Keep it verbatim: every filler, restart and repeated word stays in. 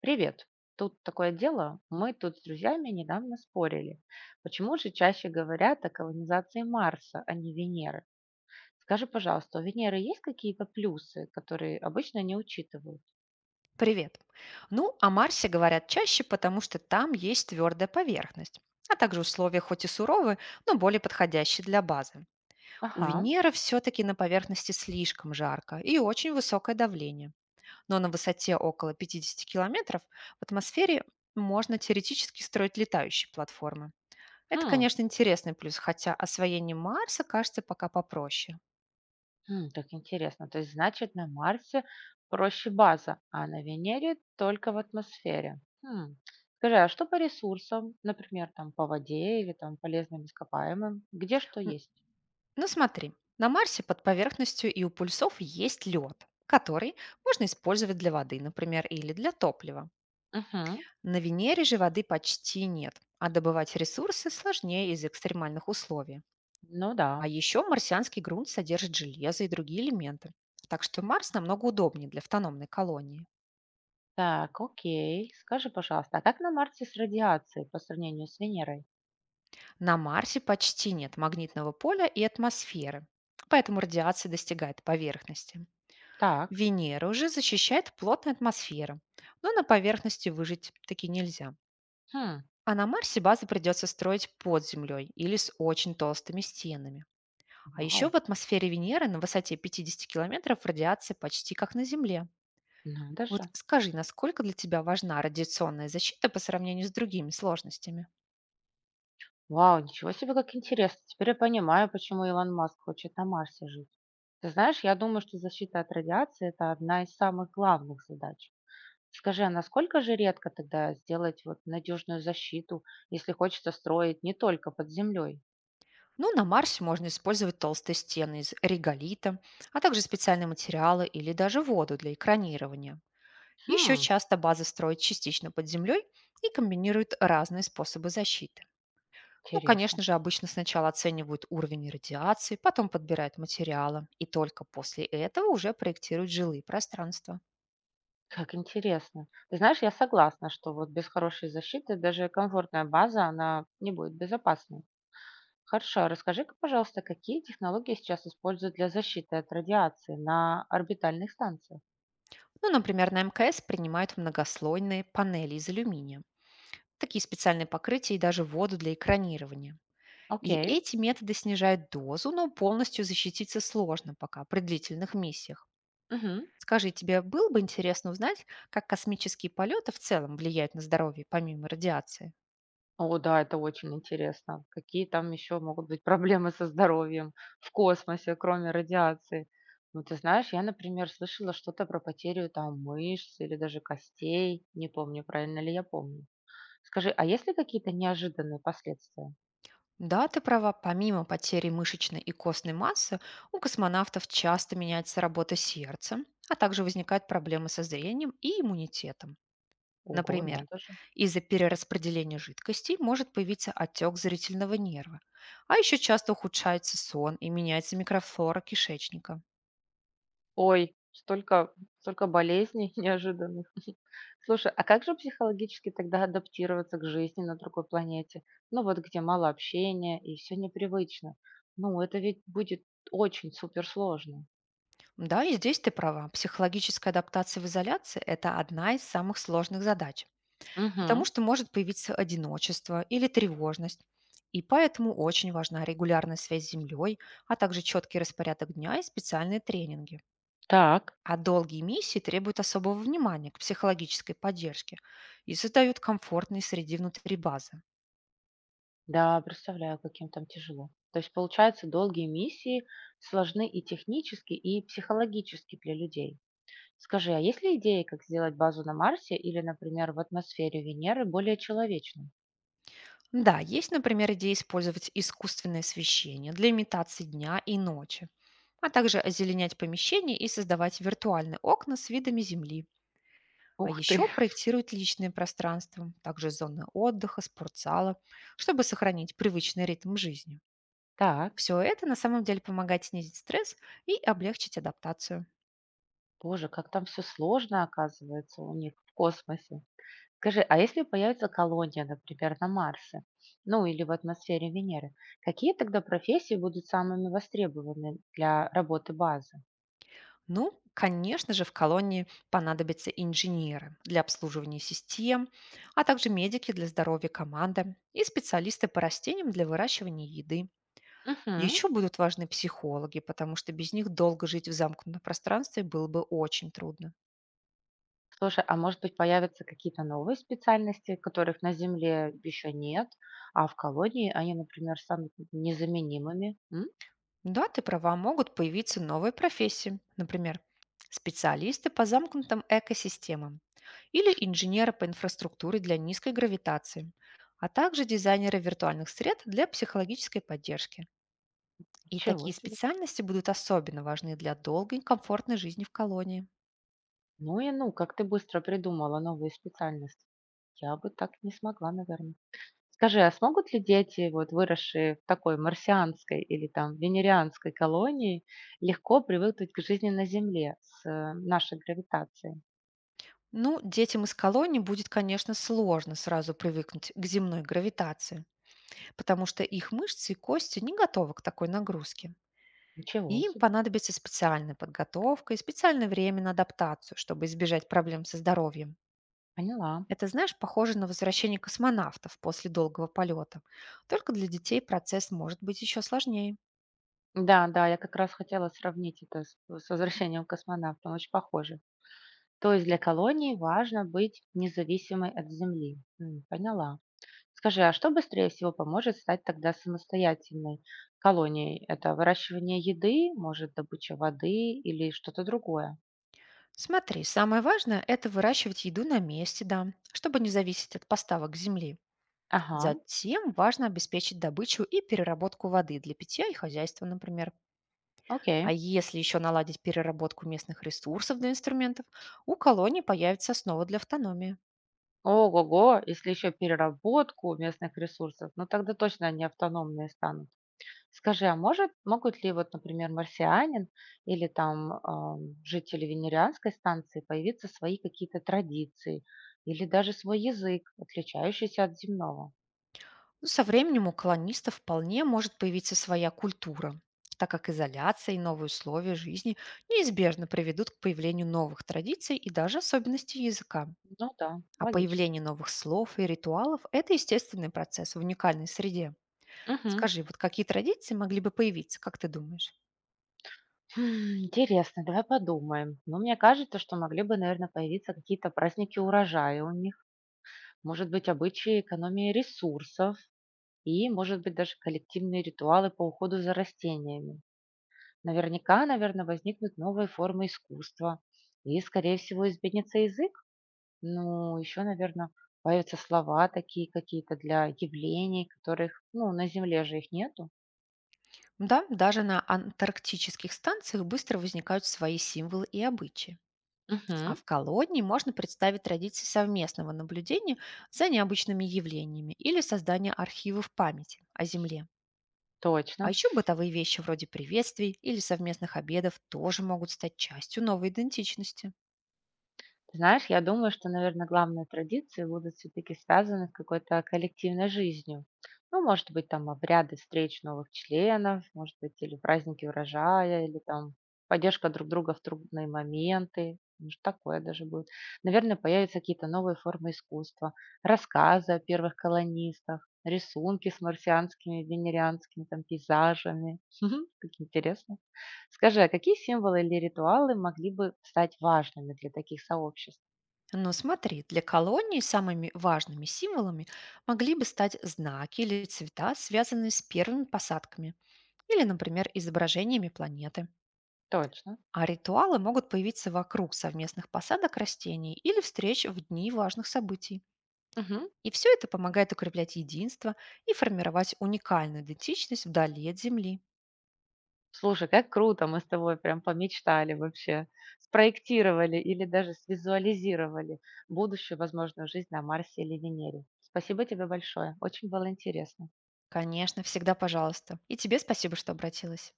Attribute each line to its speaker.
Speaker 1: Привет. Тут такое дело. Мы тут с друзьями недавно спорили. Почему же чаще говорят о колонизации Марса, а не Венеры? Скажи, пожалуйста, у Венеры есть какие-то плюсы, которые обычно не учитывают?
Speaker 2: Привет. Ну, о Марсе говорят чаще, потому что там есть твердая поверхность, а также условия хоть и суровые, но более подходящие для базы. У
Speaker 1: Ага.
Speaker 2: Венеры все-таки на поверхности слишком жарко и очень высокое давление. Но на высоте около пятидесяти километров в атмосфере можно теоретически строить летающие платформы. Это,
Speaker 1: Хм.
Speaker 2: конечно, интересный плюс, хотя освоение Марса кажется пока попроще.
Speaker 1: Хм, так интересно. То есть, значит, на Марсе проще база, а на Венере только в атмосфере. Хм. Скажи, а что по ресурсам, например, там по воде или там полезным ископаемым? Где что есть?
Speaker 2: Ну смотри, на Марсе под поверхностью и у пульсов есть лед, который можно использовать для воды, например, или для топлива.
Speaker 1: Угу.
Speaker 2: На Венере же воды почти нет, а добывать ресурсы сложнее из экстремальных условий.
Speaker 1: Ну
Speaker 2: А
Speaker 1: да.
Speaker 2: еще марсианский грунт содержит железо и другие элементы. Так что Марс намного удобнее для автономной колонии.
Speaker 1: Так, окей. Скажи, пожалуйста, а как на Марсе с радиацией по сравнению с Венерой?
Speaker 2: На Марсе почти нет магнитного поля и атмосферы, поэтому радиация достигает поверхности.
Speaker 1: Так.
Speaker 2: Венера уже защищает плотная атмосфера, но на поверхности выжить таки нельзя.
Speaker 1: Хм.
Speaker 2: А на Марсе базы придется строить под землей или с очень толстыми стенами. А еще
Speaker 1: Вау.
Speaker 2: в атмосфере Венеры на высоте пятидесяти километров радиация почти как на Земле.
Speaker 1: Надо же.
Speaker 2: Вот скажи, насколько для тебя важна радиационная защита по сравнению с другими сложностями?
Speaker 1: Вау, ничего себе, как интересно. Теперь я понимаю, почему Илон Маск хочет на Марсе жить. Ты знаешь, я думаю, что защита от радиации – это одна из самых главных задач. Скажи, а насколько же редко тогда сделать вот надежную защиту, если хочется строить не только под землей?
Speaker 2: Ну, на Марсе можно использовать толстые стены из реголита, а также специальные материалы или даже воду для экранирования. Еще
Speaker 1: Хм,
Speaker 2: часто базы строят частично под землей и комбинируют разные способы защиты. Ну,
Speaker 1: интересно.
Speaker 2: конечно же, обычно сначала оценивают уровень радиации, потом подбирают материалы, и только после этого уже проектируют жилые пространства.
Speaker 1: Как интересно. Ты знаешь, я согласна, что вот без хорошей защиты даже комфортная база, она не будет безопасной. Хорошо, расскажи-ка, пожалуйста, какие технологии сейчас используют для защиты от радиации на орбитальных станциях?
Speaker 2: Ну, например, на МКС принимают многослойные панели из алюминия, такие специальные покрытия и даже воду для экранирования. И
Speaker 1: Окей.
Speaker 2: эти методы снижают дозу, но полностью защититься сложно пока при длительных миссиях.
Speaker 1: Мгм.
Speaker 2: Скажи, тебе было бы интересно узнать, как космические полеты в целом влияют на здоровье, помимо радиации?
Speaker 1: О, да, это очень интересно. Какие там еще могут быть проблемы со здоровьем в космосе, кроме радиации? Ну, ты знаешь, я, например, слышала что-то про потерю там мышц или даже костей. Не помню, правильно ли я помню. Скажи, а есть ли какие-то неожиданные последствия?
Speaker 2: Да, ты права, помимо потери мышечной и костной массы, у космонавтов часто меняется работа сердца, а также возникают проблемы со зрением и иммунитетом.
Speaker 1: Ого,
Speaker 2: Например,
Speaker 1: надо же.
Speaker 2: из-за перераспределения жидкостей может появиться отек зрительного нерва, а еще часто ухудшается сон и меняется микрофлора кишечника.
Speaker 1: Ой, столько, столько болезней неожиданных. Слушай, а как же психологически тогда адаптироваться к жизни на другой планете? Ну вот где мало общения и все непривычно. Ну, это ведь будет очень суперсложно.
Speaker 2: Да, и здесь ты права. Психологическая адаптация в изоляции– это одна из самых сложных задач, потому
Speaker 1: Угу.
Speaker 2: что может появиться одиночество или тревожность. И поэтому очень важна регулярная связь с землей, а также четкий распорядок дня и специальные тренинги.
Speaker 1: Так.
Speaker 2: А долгие миссии требуют особого внимания к психологической поддержке и создают комфортные среды внутри базы.
Speaker 1: Да, представляю, каким там тяжело. То есть, получается, долгие миссии сложны и технически, и психологически для людей. Скажи, а есть ли идеи, как сделать базу на Марсе или, например, в атмосфере Венеры более человечной?
Speaker 2: Да, есть, например, идея использовать искусственное освещение для имитации дня и ночи, а также озеленять помещения и создавать виртуальные окна с видами земли. А
Speaker 1: Ух ты.
Speaker 2: еще проектировать личные пространства, также зоны отдыха, спортзала, чтобы сохранить привычный ритм жизни.
Speaker 1: Так,
Speaker 2: Все это на самом деле помогает снизить стресс и облегчить адаптацию.
Speaker 1: боже, как там все сложно оказывается у них в космосе. Скажи, а если появится колония, например, на Марсе, ну или в атмосфере Венеры, какие тогда профессии будут самыми востребованными для работы базы?
Speaker 2: Ну, конечно же, в колонии понадобятся инженеры для обслуживания систем, а также медики для здоровья команды и специалисты по растениям для выращивания еды.
Speaker 1: Угу.
Speaker 2: Еще будут важны психологи, потому что без них долго жить в замкнутом пространстве было бы очень трудно.
Speaker 1: Слушай, а может быть появятся какие-то новые специальности, которых на Земле еще нет, а в колонии они, например, станут незаменимыми?
Speaker 2: Да, ты права, могут появиться новые профессии. Например, специалисты по замкнутым экосистемам или инженеры по инфраструктуре для низкой гравитации, а также дизайнеры виртуальных сред для психологической поддержки. И
Speaker 1: Чего
Speaker 2: такие
Speaker 1: себе!
Speaker 2: специальности будут особенно важны для долгой и комфортной жизни в колонии.
Speaker 1: Ну и ну, как ты быстро придумала новые специальности. Я бы так не смогла, наверное. Скажи, а смогут ли дети, вот выросшие в такой марсианской или там венерианской колонии, легко привыкнуть к жизни на Земле с э, нашей гравитацией?
Speaker 2: Ну, детям из колонии будет, конечно, сложно сразу привыкнуть к земной гравитации, потому что их мышцы и кости не готовы к такой нагрузке.
Speaker 1: Ничего
Speaker 2: И им
Speaker 1: себе,
Speaker 2: понадобится специальная подготовка и специальное время на адаптацию, чтобы избежать проблем со здоровьем.
Speaker 1: поняла.
Speaker 2: Это, знаешь, похоже на возвращение космонавтов после долгого полета. Только для детей процесс может быть еще сложнее.
Speaker 1: Да, да, я как раз хотела сравнить это с, э, с возвращением космонавтом, очень похоже. То есть для колонии важно быть независимой от Земли. М, поняла. Скажи, а что быстрее всего поможет стать тогда самостоятельной колонией? Это выращивание еды, может, добыча воды или что-то другое?
Speaker 2: Смотри, самое важное– это выращивать еду на месте, да, чтобы не зависеть от поставок земли.
Speaker 1: Ага,
Speaker 2: Затем важно обеспечить добычу и переработку воды для питья и хозяйства, например.
Speaker 1: окей.
Speaker 2: А если еще наладить переработку местных ресурсов для инструментов, у колонии появится основа для автономии.
Speaker 1: Ого-го, если еще переработку местных ресурсов, ну тогда точно они автономные станут. Скажи, а может, могут ли вот, например, марсианин или там ам, жители венерианской станции появиться свои какие-то традиции или даже свой язык, отличающийся от земного?
Speaker 2: Ну, со временем у колонистов вполне может появиться своя культура, так как изоляция и новые условия жизни неизбежно приведут к появлению новых традиций и даже особенностей языка.
Speaker 1: Ну да,
Speaker 2: А
Speaker 1: логично.
Speaker 2: появление новых слов и ритуалов– это естественный процесс в уникальной среде.
Speaker 1: Мгм.
Speaker 2: Скажи, вот какие традиции могли бы появиться, как ты думаешь?
Speaker 1: М, интересно, давай подумаем. Но мне кажется, что могли бы, наверное, появиться какие-то праздники урожая у них, может быть, обычаи экономии ресурсов и, может быть, даже коллективные ритуалы по уходу за растениями. Наверняка, наверное, возникнут новые формы искусства. И, скорее всего, изменится язык. Ну, еще, наверное, появятся слова такие какие-то для явлений, которых, ну, на Земле же их нету.
Speaker 2: Да, даже на антарктических станциях быстро возникают свои символы и обычаи. А
Speaker 1: Мгм,
Speaker 2: в колонии можно представить традиции совместного наблюдения за необычными явлениями или создание архивов памяти о Земле. А
Speaker 1: точно.
Speaker 2: еще бытовые вещи вроде приветствий или совместных обедов тоже могут стать частью новой идентичности.
Speaker 1: Ты знаешь, я думаю, что, наверное, главные традиции будут все-таки связаны с какой-то коллективной жизнью. Ну, может быть, там обряды встреч новых членов, может быть, или праздники урожая, или там поддержка друг друга в трудные моменты. Может, такое даже будет. Наверное, появятся какие-то новые формы искусства, рассказы о первых колонистах, рисунки с марсианскими, венерианскими там пейзажами. Так интересно. Скажи, а какие символы или ритуалы могли бы стать важными для таких сообществ?
Speaker 2: Но смотри, для колонии самыми важными символами могли бы стать знаки или цвета, связанные с первыми посадками, или, например, изображениями планеты.
Speaker 1: Точно.
Speaker 2: А ритуалы могут появиться вокруг совместных посадок растений или встреч в дни важных событий.
Speaker 1: Мгм.
Speaker 2: И все это помогает укреплять единство и формировать уникальную идентичность вдали от Земли.
Speaker 1: Слушай, как круто, мы с тобой прям помечтали вообще, спроектировали или даже свизуализировали будущую возможную жизнь на Марсе или Венере. Спасибо тебе большое, очень было интересно.
Speaker 2: Конечно, всегда пожалуйста. И тебе спасибо, что обратилась.